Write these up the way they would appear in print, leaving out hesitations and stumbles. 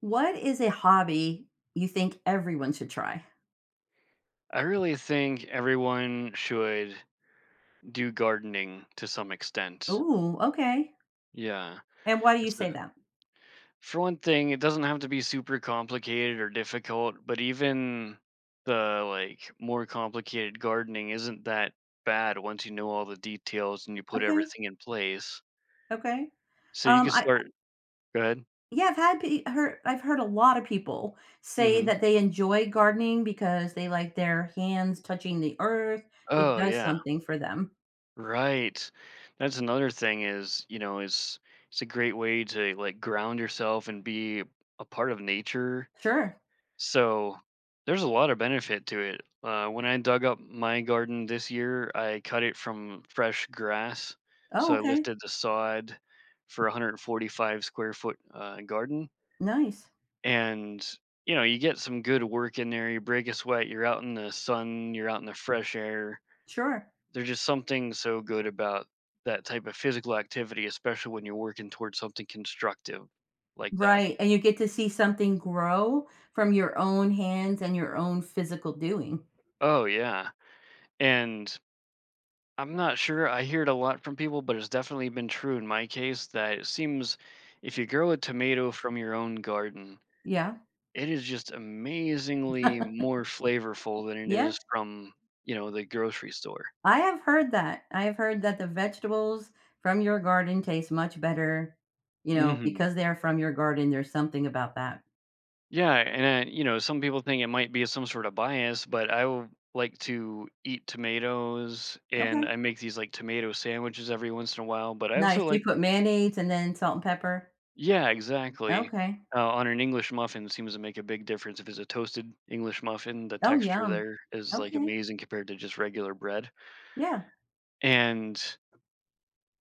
What is a hobby you think everyone should try? I really think everyone should do gardening to some extent. Ooh, okay. Yeah. And why do you It's say a, that? for one thing, it doesn't have to be super complicated or difficult, but even the like more complicated gardening isn't that bad once you know all the details and you put Okay, everything in place. okay. So you can I start go ahead. Yeah, I've heard a lot of people say Mhm. that they enjoy gardening because they like their hands touching the earth. It Oh does yeah. something for them. Right. That's another thing is, you know, it's a great way to like ground yourself and be a part of nature. Sure. So there's a lot of benefit to it. When I dug up my garden this year, I cut it from fresh grass. Oh, So I okay. lifted the sod for a 145 square foot garden. Nice. And, you know, you get some good work in there. You break a sweat, you're out in the sun, you're out in the fresh air. Sure. There's just something so good about that type of physical activity, especially when you're working towards something constructive like that. Right. And you get to see something grow from your own hands and your own physical doing. Oh, yeah. And I'm not sure. I hear it a lot from people, but it's definitely been true in my case that it seems if you grow a tomato from your own garden, Yeah. it is just amazingly more flavorful than it Yeah. is from, you know, the grocery store. I have heard that. I have heard that the vegetables from your garden taste much better, you know, Hmm because they're from your garden, there's something about that. Yeah, and you know, some people think it might be some sort of bias, but I will like to eat tomatoes, and Okay. I make these like tomato sandwiches every once in a while. But I also Nice. You like. put mayonnaise and then salt and pepper? Yeah, exactly. Okay. On an English muffin seems to make a big difference. If it's a toasted English muffin, the Oh, texture yum. there is like Okay. amazing compared to just regular bread. Yeah. And,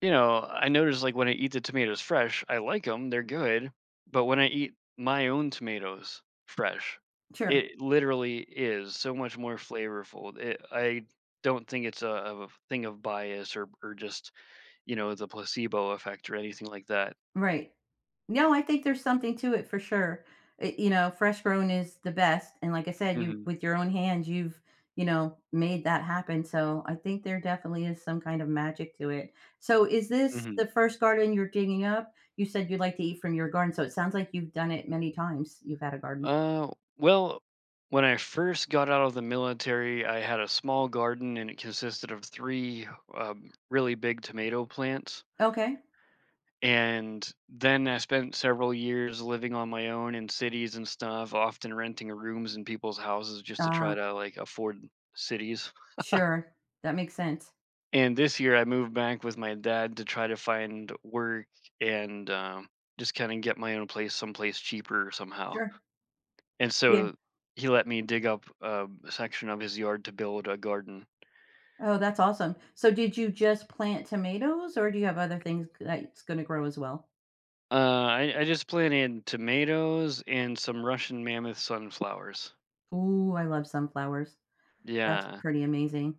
you know, I notice like when I eat the tomatoes fresh, I like them, they're good. But when I eat my own tomatoes fresh, Sure. it literally is so much more flavorful. I don't think it's a thing of bias or just, you know, the placebo effect or anything like that. Right. No, I think there's something to it for sure. It, fresh grown is the best, and like I said, you Hmm with your own hands, you've made that happen. So I think there definitely is some kind of magic to it. So is this hmm the first garden you're digging up? You said you like to eat from your garden, so it sounds like you've done it many times. You've had a garden. Uh, well, when I first got out of the military, I had a small garden and it consisted of three really big tomato plants. Okay. And then I spent several years living on my own in cities and stuff, often renting rooms in people's houses just to try Ah, to like afford cities. sure. That makes sense. And this year I moved back with my dad to try to find work and just kind of get my own place someplace cheaper somehow. Sure. And Yeah. so he let me dig up a section of his yard to build a garden. Oh, that's awesome. So did you just plant tomatoes, or do you have other things that's going to grow as well? I just planted tomatoes and some Russian mammoth sunflowers. Ooh, I love sunflowers. That's Yeah. pretty amazing.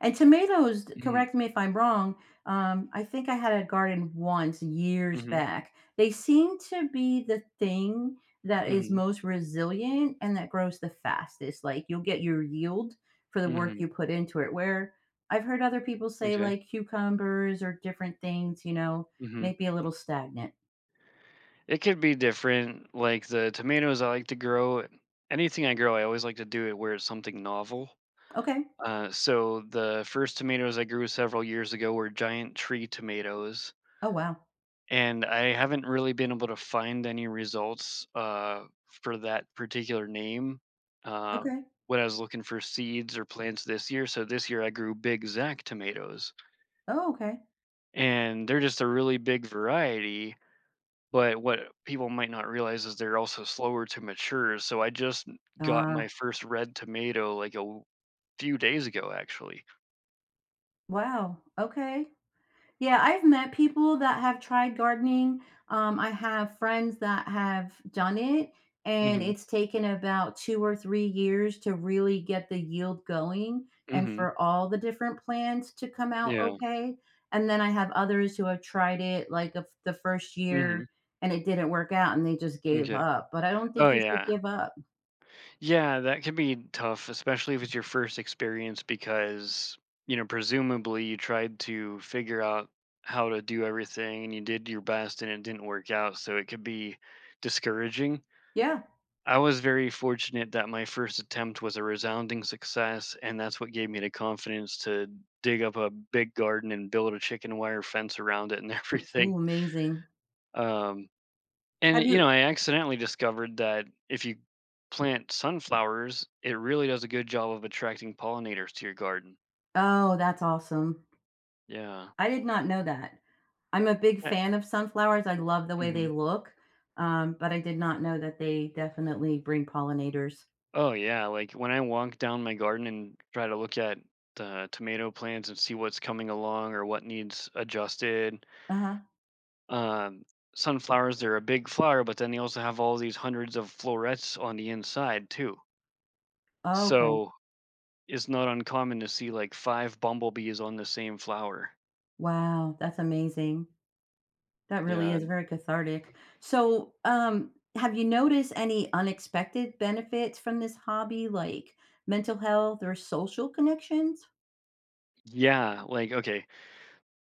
And tomatoes, hmm correct me if I'm wrong, I think I had a garden once years hmm back. They seem to be the thing that is hmm most resilient and that grows the fastest. Like you'll get your yield for the work hmm you put into it. Where I've heard other people say Okay. like cucumbers or different things, you know, hmm might be a little stagnant. It could be different. Like the tomatoes, I like to grow. Anything I grow, I always like to do it where it's something novel. Okay. So the first tomatoes I grew several years ago were giant tree tomatoes Oh wow. and I haven't really been able to find any results for that particular name uh, Okay. when I was looking for seeds or plants this year. So this year I grew Big Zack tomatoes, Oh, okay. and they're just a really big variety. But what people might not realize is they're also slower to mature. So I just got Uh my first red tomato like few days ago, actually. wow. Okay. Yeah, I've met people that have tried gardening. I have friends that have done it, and Hmm it's taken about 2 or 3 years to really get the yield going and hmm for all the different plants to come out Yeah. okay. And then I have others who have tried it like the first hmm year, and it didn't work out, and they just gave Okay. up, but I don't think Oh you should yeah. give up. Yeah, that can be tough, especially if it's your first experience because, you know, presumably you tried to figure out how to do everything and you did your best and it didn't work out. So it could be discouraging. Yeah. I was very fortunate that my first attempt was a resounding success, and that's what gave me the confidence to dig up a big garden and build a chicken wire fence around it and M everything. Ooh, amazing. Um, and, Have you you know, I accidentally discovered that if you plant sunflowers, it really does a good job of attracting pollinators to your garden. Oh, that's awesome. Yeah. I did not know that. I'm a big I- fan of sunflowers. I love the way they mhm. look, but I did not know that they definitely bring pollinators. Oh, yeah. Like when I walk down my garden and try to look at the tomato plants and see what's coming along or what needs adjusted. Uh-huh. Um, Sunflowers, they're a big flower, but then they also have all these hundreds of florets on the inside, too. Oh, okay. So it's not uncommon to see like five bumblebees on the same flower. Wow, that's amazing. That really Yeah. is very cathartic. So, have you noticed any unexpected benefits from this hobby, like mental health or social connections? Yeah, like okay,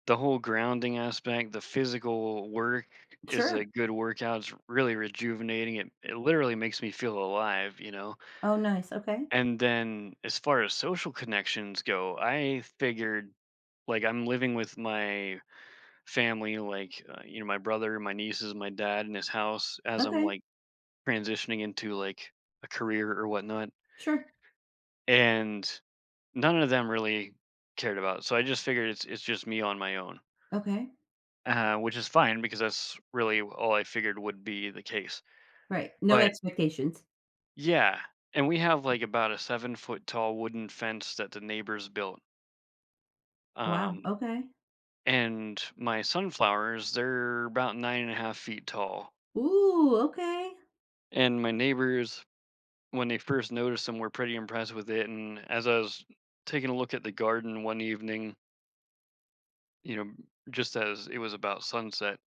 the whole grounding aspect, the physical work is a Sure. good workout. It's really rejuvenating. It literally makes me feel alive, you know. Oh, nice. Okay. And then as far as social connections go, I figured like I'm living with my family, like you know, my brother, my nieces, my dad in his house as I'm Okay. like transitioning into like a career or whatnot, Sure. and none of them really cared about it. So I just figured it's just me on my own, Okay. Which is fine because that's really all I figured would be the case. Right. No But expectations. yeah, and we have like about a 7-foot tall wooden fence that the neighbors built. Wow. Um, Okay. and my sunflowers, they're about 9.5 feet tall. Ooh, okay. And my neighbors, when they first noticed them, were pretty impressed with it. And as I was taking a look at the garden one evening, you know, just as it was about sunset,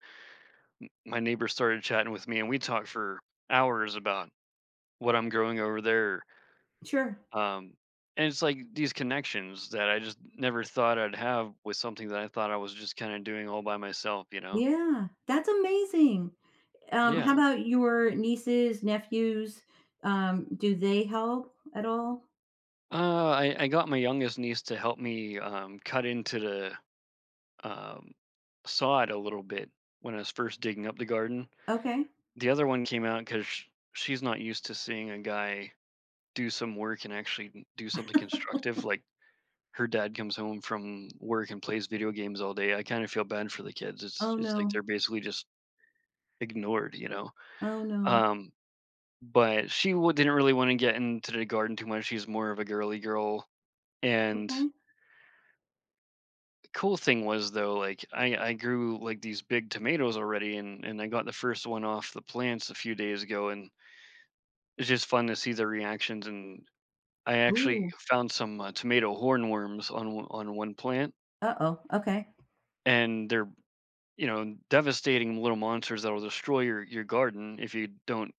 my neighbor started chatting with me, and we talked for hours about what I'm growing over there. Sure. Um, and it's like these connections that I just never thought I'd have with something that I thought I was just kind of doing all by myself, you know? Yeah, that's amazing. Yeah. How about your nieces, nephews? Do they help at all? I got my youngest niece to help me cut into the um, sod a little bit when I was first digging up the garden. Okay. The other one came out because she's not used to seeing a guy do some work and actually do something constructive. Like her dad comes home from work and plays video games all day. I kind of feel bad for the kids. It's Oh, it's like they're no. basically just ignored, you know. Oh, no. Um, but didn't really want to get into the garden too much. She's more of a girly girl. And Okay. the cool thing was though, like I grew like these big tomatoes already, and I got the first one off the plants a few days ago, and it's just fun to see the reactions. And I actually Ooh. found some tomato hornworms on on one plant, Uh-oh. Okay. and they're you know devastating little monsters that'll destroy your garden if you don't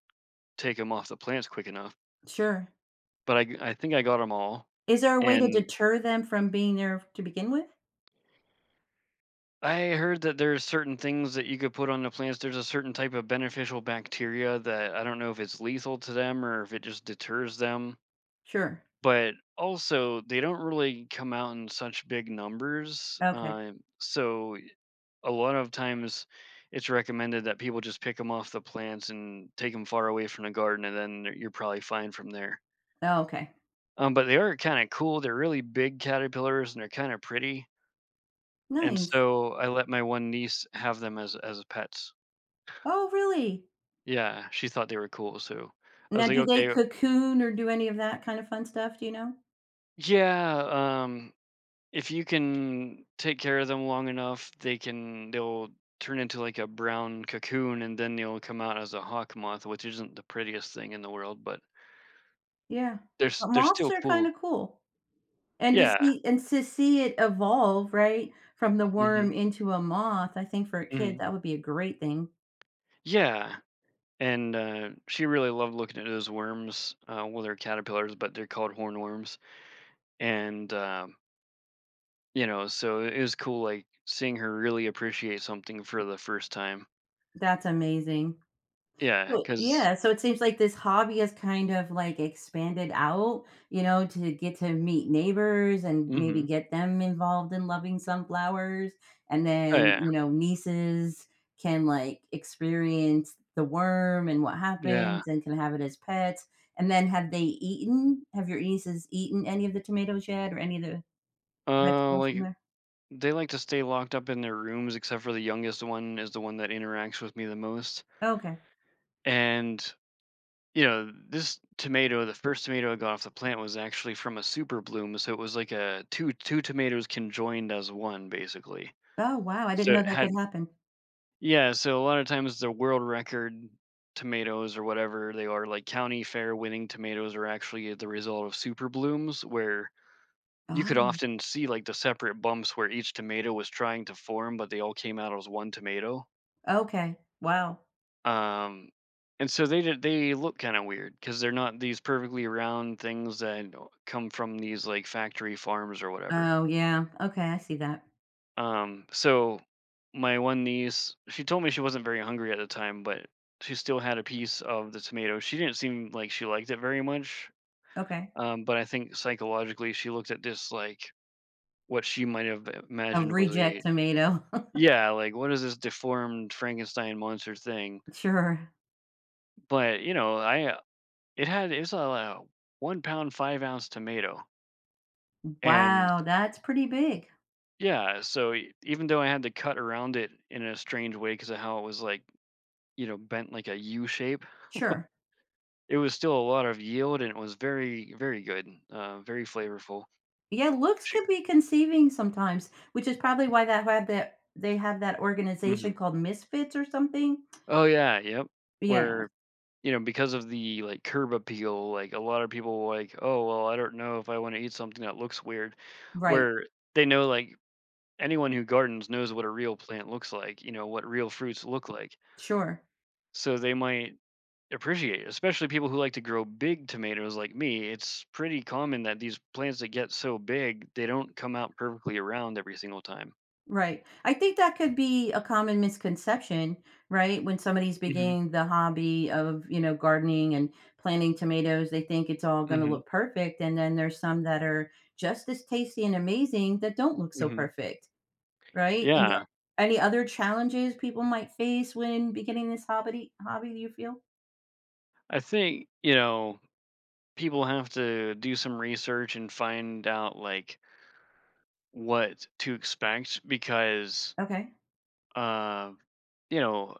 take them off the plants quick enough. Sure. But I think I got them all, Is there a way to and deter them from being there to begin with? I heard that there's certain things that you could put on the plants. There's a certain type of beneficial bacteria that I don't know if it's lethal to them or if it just deters them, Sure. but also they don't really come out in such big numbers, Okay. So a lot of times it's recommended that people just pick them off the plants and take them far away from the garden, and then you're probably fine from there. Oh, okay. But they are kinda cool. They're really big caterpillars, and they're kinda pretty. And Nice. so I let my one niece have them as pets. Oh, really? Yeah, she thought they were cool, so I Now, was like, do they "Okay, cocoon or do any of that kind of fun stuff? Do you know? yeah, um, if you can take care of them long enough, they'll turn into like a brown cocoon and then they'll come out as a hawk moth, which isn't the prettiest thing in the world, but Yeah. But they're moths still are kind of cool." cool. And to Yeah. see and to see it evolve, right, from the Mhm, worm into a moth, I think for a kid, mhm. that would be a great thing. Yeah, and, she really loved looking at those worms, well, they're caterpillars, but they're called hornworms, and, you know, so it was cool, like, seeing her really appreciate something for the first time. That's amazing. Yeah, Well, 'cause yeah, so it seems like this hobby has kind of like expanded out, to get to meet neighbors and maybe Mhm. get them involved in loving sunflowers. And Oh, then, yeah. you know, nieces can like experience the worm and what yeah. happens and can have it as pets. And then have they eaten? Have your nieces eaten any of the tomatoes yet or any of the vegetables Like, from there? they like to stay locked up in their rooms except for the youngest one is the one that interacts with me the most, Okay. and, you know, this tomato, the first tomato I got off the plant was actually from a super bloom, so it was like a 2 tomatoes conjoined as one, basically. Oh, wow. I didn't So know it that had. could happen. Yeah, so a lot of times the world record tomatoes or whatever they are, like county fair winning tomatoes, are actually the result of super blooms, where you could Oh, often see like the separate bumps where each tomato was trying to form, but they all came out as one tomato. okay. Wow. Um, and so they did, they look kind of weird because they're not these perfectly round things that come from these like factory farms or whatever. Oh, yeah. Okay. I see that. So my one niece, she told me she wasn't very hungry at the time, but she still had a piece of the tomato. She didn't seem like she liked it very much. Okay. But I think psychologically she looked at this like what she might have A imagined was reject a tomato. yeah, like what is this deformed Frankenstein monster thing? Sure. But you know, I it had it was a 1-pound 5-ounce tomato, and Wow, that's pretty big. yeah, so even though I had to cut around it in a strange way because of how it was like you know bent like a U shape. Sure. It was still a lot of yield, and it was very, very good, very flavorful. Yeah, looks She could be conceiving sometimes, which is probably why that they have that mhm. organization called Misfits or something. Oh, yeah, yep. Yeah, Where, you know, because of the, like, curb appeal, like, a lot of people were like, "Oh, well, I don't know if I wanna eat something that looks weird," right. where they know, like, anyone who gardens knows what a real plant looks like, you know, what real fruits look like. Sure. So they might appreciate it, especially people who like to grow big tomatoes like me. It's pretty common that these plants that get so big, they don't come out perfectly round every single time. Right. I think that could be a common misconception, right? When somebody's Mhm. beginning the hobby of, gardening and planting tomatoes, they think it's all going to Mhm, look perfect. And then there's some that are just as tasty and amazing that don't look so mhm. perfect. Right? And are Yeah, any other challenges people might face when beginning this hobby, do you feel? I think, you know, people have to do some research and find out, like, what to expect because, Okay. uh, you know,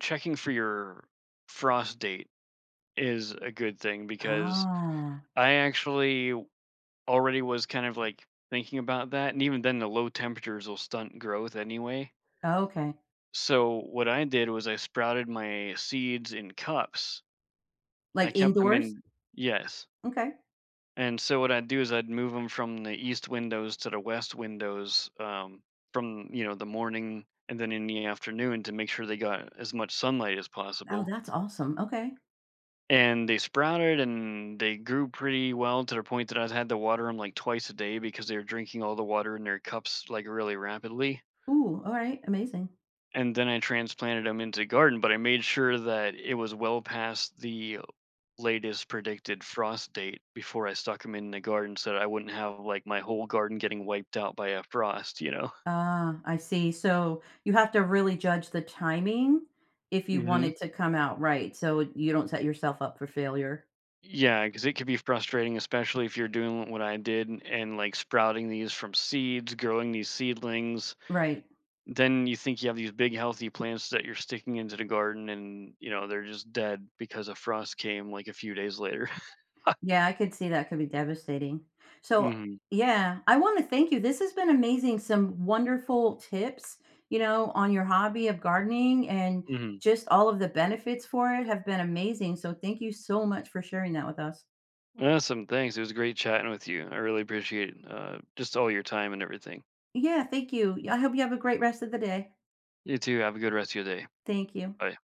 checking for your frost date is a good thing because Ah, I actually already was kind of, like, thinking about that, and even then, the low temperatures will stunt growth anyway. okay. So what I did was I sprouted my seeds in cups. I Like kept them indoors? in. Yes. Okay. And so what I'd do is I'd move them from the east windows to the west windows from you know the morning and then in the afternoon to make sure they got as much sunlight as Oh, possible. that's awesome. Okay. And they sprouted and they grew pretty well to the point that I had to water them like twice a day because they were drinking all the water in their cups like really rapidly. Ooh, alright, amazing. And then I transplanted them into the garden, but I made sure that it was well past the latest predicted frost date before I stuck them in the garden so that I wouldn't have like my whole garden getting wiped out by a frost, you know? Ah, I see. So, you have to really judge the timing if you want Hmm it to come out right, so you don't set yourself up for failure. Yeah, because it could be frustrating, especially if you're doing what I did and like sprouting these from seeds, growing these seedlings. Right. Then you think you have these big, healthy plants that you're sticking into the garden, and you know they're just dead because a frost came like a few days later. Yeah, I could see that could be devastating. So, hmm yeah, I want to thank you. This has been amazing. Some wonderful tips, on your hobby of gardening and hmm just all of the benefits for it have been amazing. So, thank you so much for sharing that with us. Awesome, thanks. It was great chatting with you. I really appreciate just all your time and everything. Yeah, thank you. I hope you have a great rest of the day. You too. Have a good rest of your day. Thank you. Bye.